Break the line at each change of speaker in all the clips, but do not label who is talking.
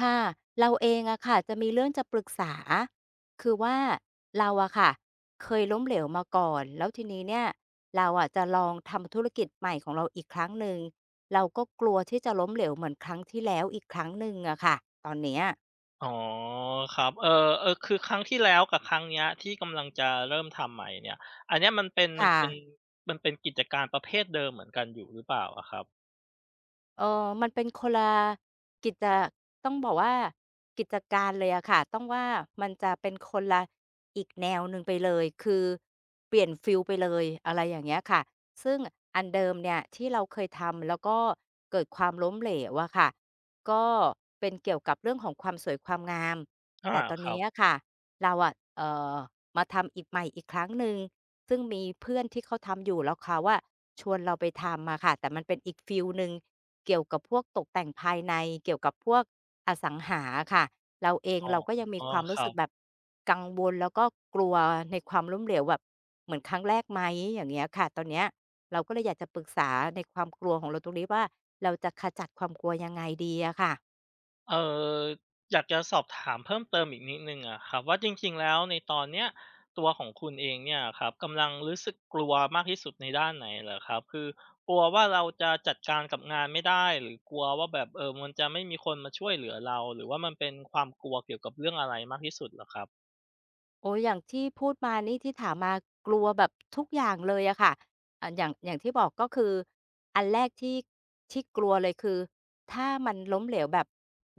ค่ะเราเองอะค่ะจะมีเรื่องจะปรึกษา คือว่าเราอะค่ะเคยล้มเหลวมาก่อนแล้วทีนี้เนี่ยเราอะจะลองทำธุรกิจใหม่ของเราอีกครั้งหนึ่งเราก็กลัวที่จะล้มเหลวเหมือนครั้งที่แล้วอีกครั้งหนึ่งอะค่ะ ตอนเนี้ย
อ๋อครับเออคือครั้งที่แล้วกับครั้งเนี้ยที่กำลังจะเริ่มทำใหม่เนี่ย อันเนี้ย
ค่ะ
มันเป็นกิจการประเภทเดิมเหมือนกันอยู่หรือเปล่าอะครับ
เออมันเป็นคนละกิจต้องบอกว่ากิจการเลยอะค่ะต้องว่ามันจะเป็นคนละอีกแนวหนึ่งไปเลยคือเปลี่ยนฟิลไปเลยอะไรอย่างเงี้ยค่ะซึ่งอันเดิมเนี่ยที่เราเคยทำแล้วก็เกิดความล้มเหลวอะค่ะก็เป็นเกี่ยวกับเรื่องของความสวยความงาม
อา
แต่ตอน
ครั
นี้
บ
อะค่ะเราอะมาทำอีกใหม่อีกครั้งหนึ่งซึ่งมีเพื่อนที่เขาทำอยู่แล้วเขาว่าชวนเราไปทำมาค่ะแต่มันเป็นอีกฟิลหนึ่ง เกี่ยวกับพวกตกแต่งภายในเกี่ยวกับพวกอสังหาอะค่ะเราเอง
อ๋อ
เราก็ยังมี
อ๋อ
ความ
ค
รู้
รั
สึก
บ
แบบกังวลแล้วก็กลัวในความล้มเหลวแบบเหมือนครั้งแรกไหมอย่างเงี้ยค่ะตอนเนี้ยเราก็เลยอยากจะปรึกษาในความกลัวของเราตรงนี้ว่าเราจะขจัดความกลัวยังไงดีอะค่ะ
เอ่ออยากจะสอบถามเพิ่มเติมอีกนิดหนึ่งอะครับว่าจริงๆแล้วในตอนเนี้ยตัวของคุณเองเนี่ยครับกำลังรู้สึกกลัวมากที่สุดในด้านไหนเหรอครับคือกลัวว่าเราจะจัดการกับงานไม่ได้หรือกลัวว่าแบบมันจะไม่มีคนมาช่วยเหลือเราหรือว่ามันเป็นความกลัวเกี่ยวกับเรื่องอะไรมากที่สุดเหรอครับ
โอ้ยอย่างที่พูดมานี่ที่ถามมากลัวแบบทุกอย่างเลยอะค่ะอ่ะอย่างที่บอกก็คืออันแรกที่กลัวเลยคือถ้ามันล้มเหลวแบบ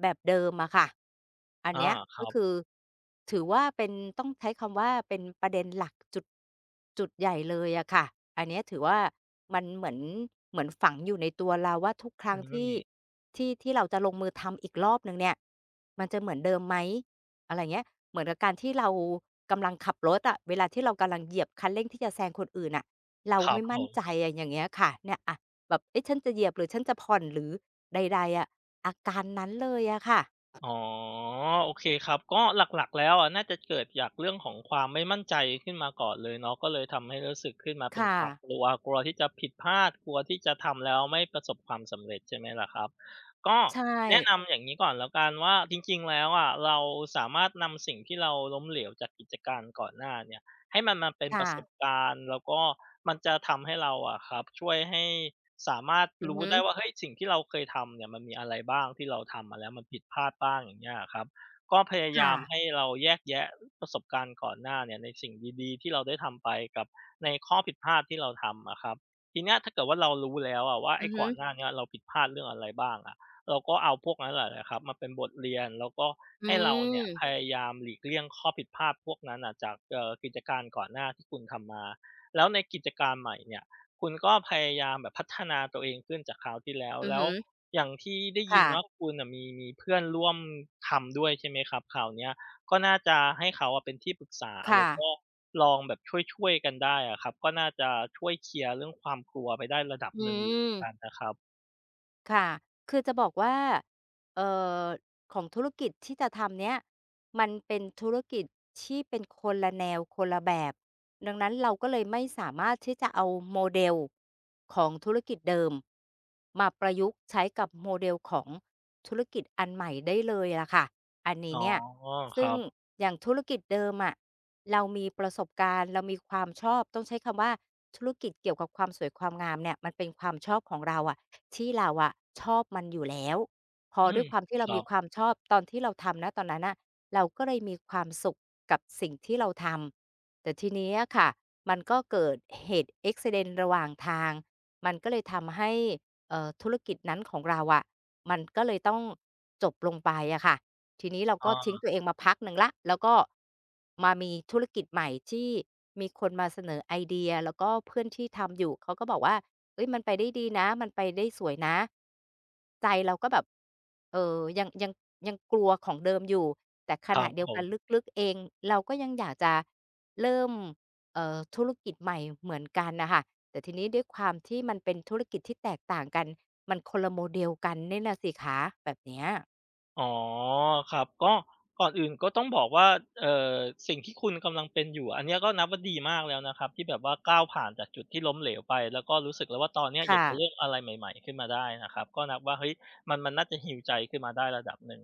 แบบเดิมอะค่ะ อัน
อา
เนี้ย
ค
ก็
รับ
คือถือว่าเป็นต้องใช้คำว่าเป็นประเด็นหลักจุดใหญ่เลยอะค่ะ อันเนี้ยถือว่ามันเหมือนฝังอยู่ในตัวเราว่าทุกครั้
อื
ง
ม
ที่ที่เราจะลงมือทำอีกรอบหนึ่งเนี่ยมันจะเหมือนเดิมไหม อะไรเงี้ยเหมือนกับการที่เรากำลังขับรถอะเวลาที่เรากำลังเหยียบคันเร่งที่จะแซงคนอื่นน่ะเรา
ครับ
ไม่
ผ
มั่นใจ
ม
อะอย่างเงี้ยค่ะเนี่ยอะแบบเอ๊ะฉันจะเหยียบหรือฉันจะผ่อนหรือใดๆอะอาการนั้นเลยอะค่ะ
อ๋อโอเคครับก็หลักๆแล้วอะน่าจะเกิดจากเรื่องของความไม่มั่นใจขึ้นมาก่อนเลยเนาะก็เลยทำให้รู้สึกขึ้นมาเป็น
ค่ะ
ความกลัวกลัวที่จะผิดพลาดกลัวที่จะทำแล้วไม่ประสบความสำเร็จใช่ไหมล่ะครับก็
ใช่
แนะนำอย่างนี้ก่อนแล้วกันว่าจริงๆแล้วอะเราสามารถนำสิ่งที่เราล้มเหลวจากกิจการก่อนหน้าเนี่ย ให้มันมาเป็นประสบ
ค่ะ
การณ์แล้วก็มันจะทำให้เราอะครับช่วยให้สามารถ
อือ
รู้
ฮึ
ได้ว่าเฮ้ยสิ่งที่เราเคยทำเนี่ยมันมีอะไรบ้างที่เราทำมาแล้วมันผิดพลาดบ้างอย่างเงี้ยอะครับก็พยายา
ค่ะ
มให้เราแยกแยะประสบการณ์ก่อนหน้าเนี่ยในสิ่งดีๆที่เราได้ทำไปกับในข้อผิดพลาดที่เราทำอะครับทีเนี้ยถ้าเกิดว่าเรารู้แล้วอะว่า
อื
ไอ้
อฮึ
ก่อนหน้าเนี้ยเราผิดพลาดเรื่องอะไรบ้างอะ เราก็เอาพวกนั้นแหละนะครับมาเป็นบทเรียนแล้วก็
อื
ให้เราเนี่ยพ
ม
ยายามหลีกเลี่ยงข้อผิดพลาดพวกนั้นน่ะจากกิจการก่อนหน้าที่คุณทำมาแล้วในกิจการใหม่เนี่ยคุณก็พยายามแบบพัฒนาตัวเองขึ้นจากคราวที่แล้ว
อือ
แล้ว
ฮึ
อย่างที่ได้ยิน
ค่ะ
ว่าคุณน่ะมีเพื่อนร่วมทำด้วยใช่ไหมครับคราวเนี้ยก็น่าจะให้เขาอะเป็นที่ปรึกษาแล้วก็
ค่ะ
ลองแบบช่วยๆกันได้อะครับก็น่าจะช่วยเคลียร์เรื่องความกลัวไปได้ระดับ
อื
หนึ่งอยู่เหมื
ม
อนกันนะครับ
ค่ะคือจะบอกว่าเอ่อของธุรกิจที่จะทำเนี้ยมันเป็นธุรกิจที่เป็นคนละแนวคนละแบบดังนั้นเราก็เลยไม่สามารถที่จะเอา model ของธุรกิจเดิมมาประยุกต์ใช้กับ model ของธุรกิจอันใหม่ได้เลยล่ะค่ะอัน
อ๋
นี้
อ
เนี่ย
ค
ซึ่
รั
ง
บ
อย่างธุรกิจเดิมอะเรามีประสบการณ์เรามีความชอบต้องใช้คำว่าธุรกิจเกี่ยวกับความสวยความงามเนี่ยมันเป็นความชอบของเราอะ ที่เราอะชอบมันอยู่แล้วพอ
อื
ด้
ม
วยความที่
ค
เรา
รั
มี
บ
ความชอบตอนที่เราทำณตอนนั้นน่ะเราก็เลยมีความสุขกับสิ่งที่เราทำแต่ทีนี้อะค่ะมันก็เกิดเหตุ accident ระหว่างทางมันก็เลยทำให้ธุรกิจนั้นของเราอะมันก็เลยต้องจบลงไปอะค่ะทีนี้เราก็ทิ้ง
อา
ตัวเองมาพักหนึ่งแล้วก็มามีธุรกิจใหม่ที่มีคนมาเสนอไอเดียแล้วก็เพื่อนที่ทำอยู่เขาก็บอกว่า เฮ้ยมันไปได้ดีนะมันไปได้สวยนะใจเราก็แบบเออยังกลัวของเดิมอยู่แต่ข
ครั
ณะ
บผ
เดียวกัน
ม
ลึกๆเองเราก็ยังอยากจะเริ่มธุรกิจใหม่เหมือนกันน่ะค่ะแต่ทีนี้ด้วยความที่มันเป็นธุรกิจที่แตกต่างกันมันคนละ model กันเนี่ยน่ะสิคะแบบเนี้ย
อ๋อครับก็ก่อนอื่นก็ต้องบอกว่าเอ่อสิ่งที่คุณกำลังเป็นอยู่อันเนี้ยก็นับว่าดีมากแล้วนะครับที่แบบว่าก้าวผ่านจากจุดที่ล้มเหลวไปแล้วก็รู้สึกแล้วว่าตอนเนี้ยอยาก
ค่ะ
จะเริ่มอะไรใหม่ๆขึ้นมาได้นะครับก็นับว่าเฮ้ยมันน่าจะ heal ใจขึ้นมาได้ระดับหนึ่ง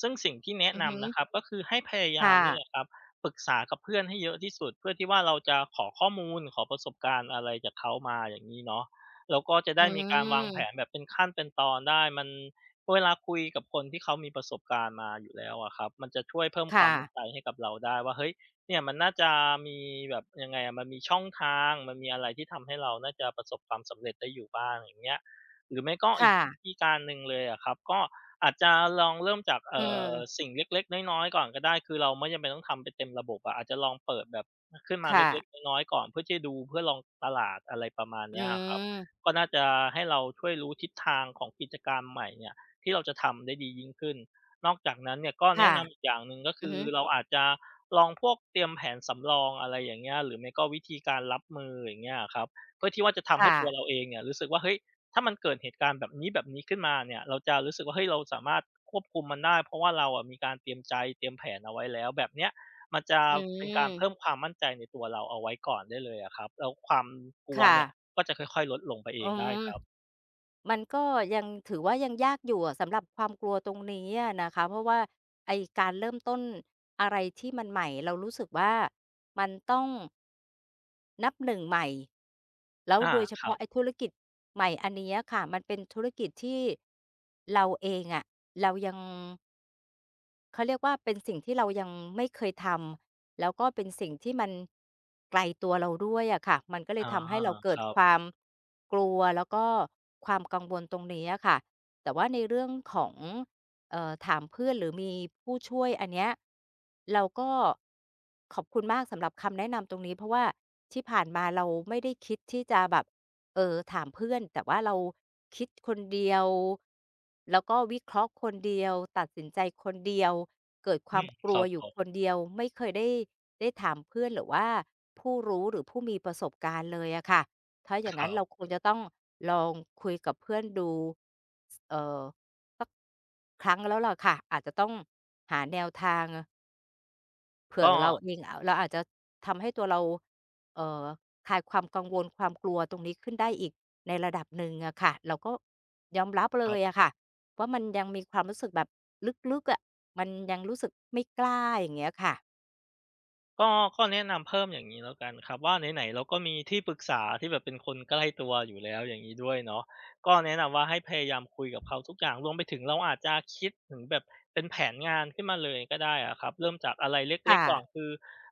ซึ่งสิ่งที่แนะ
อือฮึ
นำนะครับก็คือให้พยายาม
ค่ะ
นี่แหละครับปรึกษากับเพื่อนให้เยอะที่สุดเพื่อที่ว่าเราจะขอข้อมูลขอประสบการณ์อะไรจากเขามาอย่างงี้เนาะแล้วก็จะ
อื
ได้มีการวางแผนแบ
ม
บเป็นขั้นเป็นตอนได้มัน เวลาคุยกับคนที่เขามีประสบการณ์มาอยู่แล้วอะครับมันจะช่วยเพิ่มความมั่นใจ
ค่ะ
ให้กับเราได้ว่าเฮ้ยเนี่ยมันน่าจะมีแบบยังไงอะมันมีช่องทางมันมีอะไรที่ทำให้เราน่าจะประสบความสำเร็จได้อยู่บ้างอย่างเงี้ยหรือไม่ก็อีก
ค่ะ
วิธีการหนึ่งเลยอะครับก็อาจจะลองเริ่มจาก
อื
อ
ม
สิ่งเล็กๆน้อยๆก่อนก็ได้คือเราไม่จำเป็นต้องทำไปเต็มระบบอะอาจจะลองเปิดแบบขึ้นมา
ค
เล็ก
่ะ
ๆน้อยๆก่อนเพื่อที่จะดูเพื่อลองตลาดอะไรประมาณ
อื
เนี้ยอะครับ
ม
ก็น่าจะให้เราช่วยรู้ทิศทางของกิจการใหม่เนี่ย ที่เราจะทำได้ดียิ่งขึ้น นอกจากนั้นเนี่ยก็แนะ
ค่ะ
นำอีกอย่างหนึ่งก็
อือ
คือ
ฮึ
เราอาจจะลองพวกเตรียมแผนสำรองอะไรอย่างเงี้ยหรือไม่ก็วิธีการรับมืออย่างเงี้ยอะครับเพื่อที่ว่าจะทำให้
ค่ะ
ตัวเราเองเนี่ยรู้สึกว่าเฮ้ยถ้ามันเกิดเหตุการณ์แบบนี้ขึ้นมาเนี่ยเราจะรู้สึกว่าเฮ้ยเราสามารถควบคุมมันได้เพราะว่าเราอะมีการเตรียมใจเตรียมแผนเอาไว้แล้วแบบเนี้ยมันจะ
อื
เป็นการ
ม
เพิ่มความมั่นใจในตัวเราเอาไว้ก่อนได้เลยอะครับแล้วความกลัว
ค่ะ
เนี่ยก็จะค่อยๆลดลงไปเอง
อื
ได้
ม
ครับ
มันก็ยังถือว่ายังยากอยู่อะสำหรับความกลัวตรงนี้อะนะคะ เพราะว่าไอ้การเริ่มต้นอะไรที่มันใหม่เรารู้สึกว่ามันต้องนับหนึ่งใหม่แล้ว
อา
โดยเฉ
ครั
พาะไอ้
บ
ธุรกิจใหม่อันเนี้ยค่ะมันเป็นธุรกิจที่เราเองอะเรายัง เขาเรียกว่าเป็นสิ่งที่เรายังไม่เคยทำแล้วก็เป็นสิ่งที่มันไกลตัวเราด้วยอะค่ะมันก็เลย
อา
ทำให้เรา
ค
เกิด
รับ
ความกลัวแล้วก็ความกังวลตรงนี้อะค่ะแต่ว่าในเรื่องของถามเพื่อนหรือมีผู้ช่วยอันเนี้ยเราก็ขอบคุณมากสำหรับคำแนะนำตรงนี้เพราะว่าที่ผ่านมาเราไม่ได้คิดที่จะแบบ ถามเพื่อนแต่ว่าเราคิดคนเดียวแล้วก็วิเคราะห์คนเดียวตัดสินใจคนเดียวเกิดค
อื
วาม
ม
ก
ค
ลัว
รับ
อ
ผ
ยู่
ม
คนเดียวไม่เคยได้ถามเพื่อนหรือว่าผู้รู้หรือผู้มีประสบการณ์เลยอะค่ะถ้าอย่า
ค
งงั้
รั
นเรา
บ
คงจะต้องลองคุยกับเพื่อนดูสเอ่อครั้งแล้วล่ะค่ะอาจจะต้องหาแนวทาง เผื่อ
ก็
เราเองอะเราอาจจะทำให้ตัวเราเอ่อคลายความกังวลความกลัวตรงนี้ขึ้นได้อีกในระดับหนึ่งอะค่ะเราก็ยอมรับเล
ครั
ย
บ
อะค่ะว่ามันยังมีความรู้สึกแบบลึกๆอะมันยังรู้สึกไม่กล้าอย่างเงี้ยค่ะ
ก็ก็แนะนำเพิ่มอย่างนี้แล้วกันครับว่าไหนๆเราก็มีที่ปรึกษาที่แบบเป็นคนใกล้ตัวอยู่แล้วอย่างงี้ด้วยเนาะก็แนะนำว่าให้พยายามคุยกับเขาทุกอย่างรวมไปถึงเราอาจจะคิดถึงแบบเป็นแผนงานขึ้นมาเลยก็ได้อะครับเริ่มจากอะไรเล็ก
ค่ะ
ๆก่อนคือ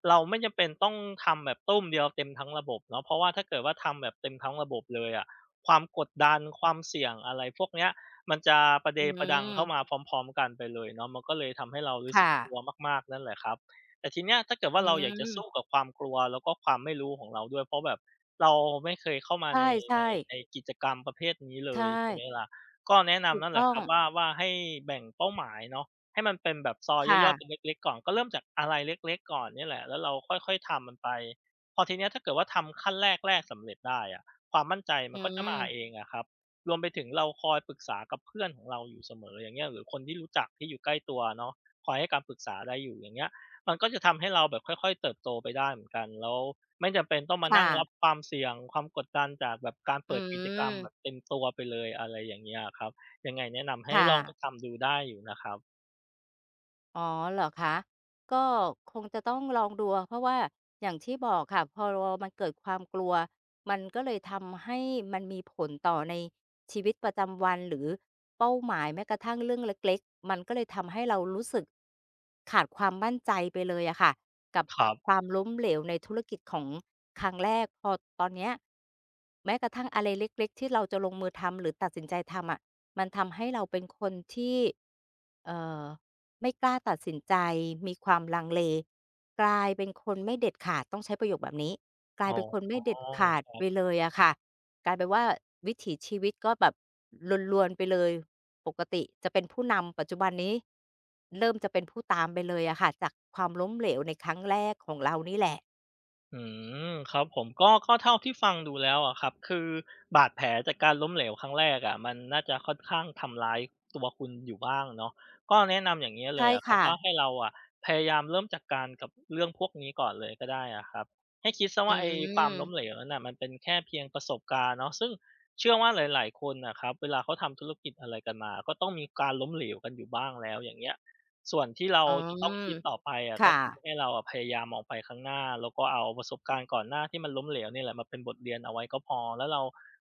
เราไม่จำเป็นต้องทำแบบตุ้มเดียวเต็มทั้งระบบเนาะเพราะว่าถ้าเกิดว่าทำแบบเต็มทั้งระบบเลยอะความกดดันความเสี่ยงอะไรพวกเนี้ยมันจะประเด
อื
ประดังเข้ามาพ
ม
ร้อมๆกันไปเลยเนาะมันก็เลยทำให้เรารู้สึก
ค่ะ
กลัวมากๆนั่นแหละครับ แต่ทีเนี้ยถ้าเกิดว่า
อื
เราอยากจะสู้
ม
กับความกลัวแล้วก็ความไม่รู้ของเราด้วยเพราะแบบเราไม่เคยเข้ามา
ใ
ในใน
ช่ๆ
ในกิจกรรมประเภทนี้เลย
ใช่
ใช่ไหมล่ะก็แนะ
ถู
นำ
ก
นั่นแหละ
ต้อ
ค
ง
รับว่าให้แบ่งเป้าหมายเนาะให้มันเป็นแบบซอยย่อยๆเป็น
ค่ะ
เล็กๆก่อนก็เริ่มจากอะไรเล็กๆก่อนเนี่ยแหละแล้วเราค่อยๆทำมันไปพอทีเนี้ยถ้าเกิดว่าทำขั้นแรกๆสำเร็จได้อะความมั่นใจมั
อื
นก็จะมาเอง
ม
อะครับรวมไปถึงเราคอยปรึกษากับเพื่อนของเราอยู่เสมออย่างเงี้ยหรือคนที่รู้จักที่อยู่ใกล้ตัวเนาะคอยให้การปรึกษาได้อยู่อย่างเงี้ย มันก็จะทำให้เราแบบค่อยๆเติบโตไปได้เหมือนกันแล้วไม่จำเป็นต้องมานั่
ค่ะ
งรับความเสี่ยงความกดดันจากแบบการ
อื
เปิดกิจกรรมแบบ
ม
เต็มตัวไปเลยอะไรอย่างเงี้ยอะครับยังไงแนะนำให้
ค่ะ
ลองไปทำดูได้อยู่นะครับ
อ๋อเหรอคะก็คงจะต้องลองดูอะเพราะว่าอย่างที่บอกค่ะพอมันเกิดความกลัวมันก็เลยทำให้มันมีผลต่อในชีวิตประจำวันหรือเป้าหมายแม้กระทั่งเรื่องเล็กๆมันก็เลยทำให้เรารู้สึกขาดความมั่นใจไปเลยอะค่ะกับ
ครับ
ความล้มเหลวในธุรกิจของครั้งแรกพอตอนเนี้ยแม้กระทั่งอะไรเล็กๆที่เราจะลงมือทำหรือตัดสินใจทำอะมันทำให้เราเป็นคนที่เอ่อ ไม่กล้าตัดสินใจมีความลังเลกลายเป็นคนไม่เด็ดขาดต้องใช้ประโยคแบบนี้กลา
อ๋
ยเป็นคน
อ
ไม่เด็ดขาดไปเลยอะค่ะกลายเป็นว่าวิถีชีวิตก็แบบรวนๆไปเลยปกติจะเป็นผู้นำปัจจุบันนี้เริ่มจะเป็นผู้ตามไปเลยอะค่ะจากความล้มเหลวในครั้งแรกของเรานี่แหละ
อืมครับผมก็เท่าที่ฟังดูแล้วอะครับคือบาดแผลจากการล้มเหลวครั้งแรกอะมันน่าจะค่อนข้างทำร้ายตัวคุณอยู่บ้างเนาะก็แนะนำอย่างนี้ยเล
ใช่
ยอะครับ
ค่ะ
ว่าให้เราอะพยายามเริ่มจากการกับเรื่องพวกนี้ก่อนเลยก็ได้อะครับให้คิดซะ
อื
ว่าไอ้ความ
ม
ล้มเหลวนั่นน่ะมันเป็นแค่เพียงประสบการณ์เนาะซึ่งเชื่อว่าหลายๆคนน่ะครับเวลาเขาทำธุรกิจอะไรกันมาก็ต้องมีการล้มเหลวกันอยู่บ้างแล้วอย่างเงี้ย ส่วนที่เรา
อื
จะต้อง
ม
คิดต่อไปอะก็
ค่ะ
คือให้เราอะพยายามมองไปข้างหน้าแล้วก็เอาประสบการณ์ก่อนหน้าที่มันล้มเหลวเนี่ยแหละมาเป็นบทเรียนเอาไว้ก็พอแล้วเรา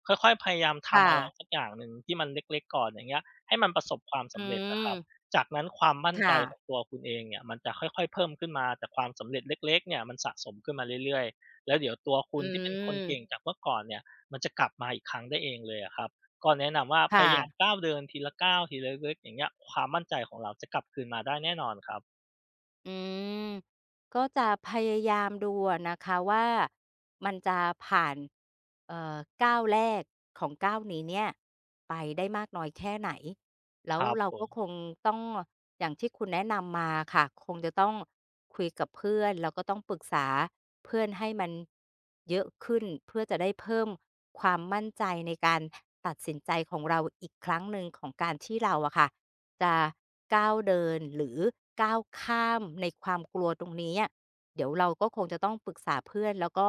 ค่อยๆพยายามทำ
ค่ะ
อะไรสักอย่างหนึ่งที่มันเล็กๆก่อนอย่างเงี้ยให้มันประสบความ
อื
สำเร็จอะค
ม
รับจากนั้นความมั่นใจ
ค่ะ
ของตัวคุณเองเนี่ยมันจะค่อยๆเพิ่มขึ้นมาจากความสำเร็จเล็กๆเนี่ยมันสะสมขึ้นมาเรื่อยๆแล้วเดี๋ยวตัวคุ
อื
ณที่เป็นคนเก่ง
ม
จากเมื่อก่อนเนี่ยมันจะกลับมาอีกครั้งได้เองเลยอะครับ ก็แนะนำว่าพ
ค่ะ
ยายามก้าวเดินทีละก้าวทีละเล็กๆอย่างเงี้ยความมั่นใจของเราจะกลับคืนมาได้แน่นอนครับ
อืมก็จะพยายามดูอะนะคะว่ามันจะผ่านเอ่อก้าวแรกของก้าวนี้เนี่ยไปได้มากน้อยแค่ไหน
ค
แล้ว
รับ
เรา
ผ
ก็
ม
คงต้องอย่างที่คุณแนะนำมาค่ะคงจะต้องคุยกับเพื่อนแล้วก็ต้องปรึกษาเพื่อนให้มันเยอะขึ้นเพื่อจะได้เพิ่มความมั่นใจในการตัดสินใจของเราอีกครั้งหนึ่งของการที่เราอะค่ะ จะก้าวเดินหรือก้าวข้ามในความกลัวตรงนี้อะเดี๋ยวเราก็คงจะต้องปรึกษาเพื่อนแล้วก็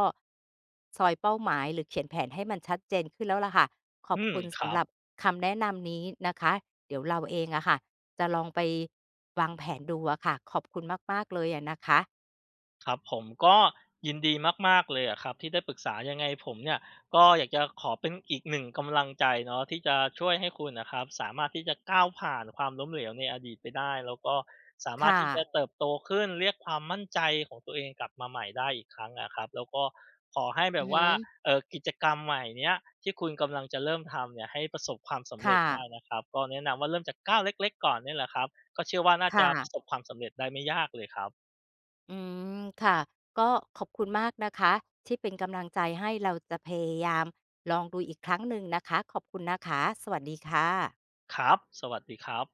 ซอยเป้าหมายหรือเขียนแผนให้มันชัดเจนขึ้นแล้วล่ะค่ะขอบ
อืม
คุณ
ค
สำ
รั
ห
บ
รับคำแนะนำนี้นะคะเดี๋ยวเราเองอะค่ะจะลองไปวางแผนดูอะค่ะขอบคุณมากๆเลยอะนะคะ
ครับผมก็ยินดีมากๆเลยอะครับที่ได้ปรึกษายังไงผมเนี่ยก็อยากจะขอเป็นอีกหนึ่งกำลังใจเนาะที่จะช่วยให้คุณนะครับสามารถที่จะก้าวผ่านความล้มเหลวในอดีตไปได้แล้วก็สามารถ
ค่ะ
ที่จะเติบโตขึ้นเรียกความมั่นใจของตัวเองกลับมาใหม่ได้อีกครั้งอะครับแล้วก็ขอให้แบ
อือ
บ
ฮึ
ว่ากิจกรรมใหม่เนี้ยที่คุณกำลังจะเริ่มทำเนี่ยให้ประสบความสำ
ค
เร็จได้
่ะ
นะครับก็แนะนำว่าเริ่มจากก้าวเล็กๆก่อนเนี่ยแหละครับก็เชื่อว่าน่า
ค
จะประสบ
่ะ
ความสำเร็จได้ไม่ยากเลยครับ
อืมค่ะก็ขอบคุณมากนะคะที่เป็นกำลังใจให้เราจะพยายามลองดูอีกครั้งหนึ่งนะคะขอบคุณนะคะสวัสดีค่ะ
ครับ สวัสดีครับ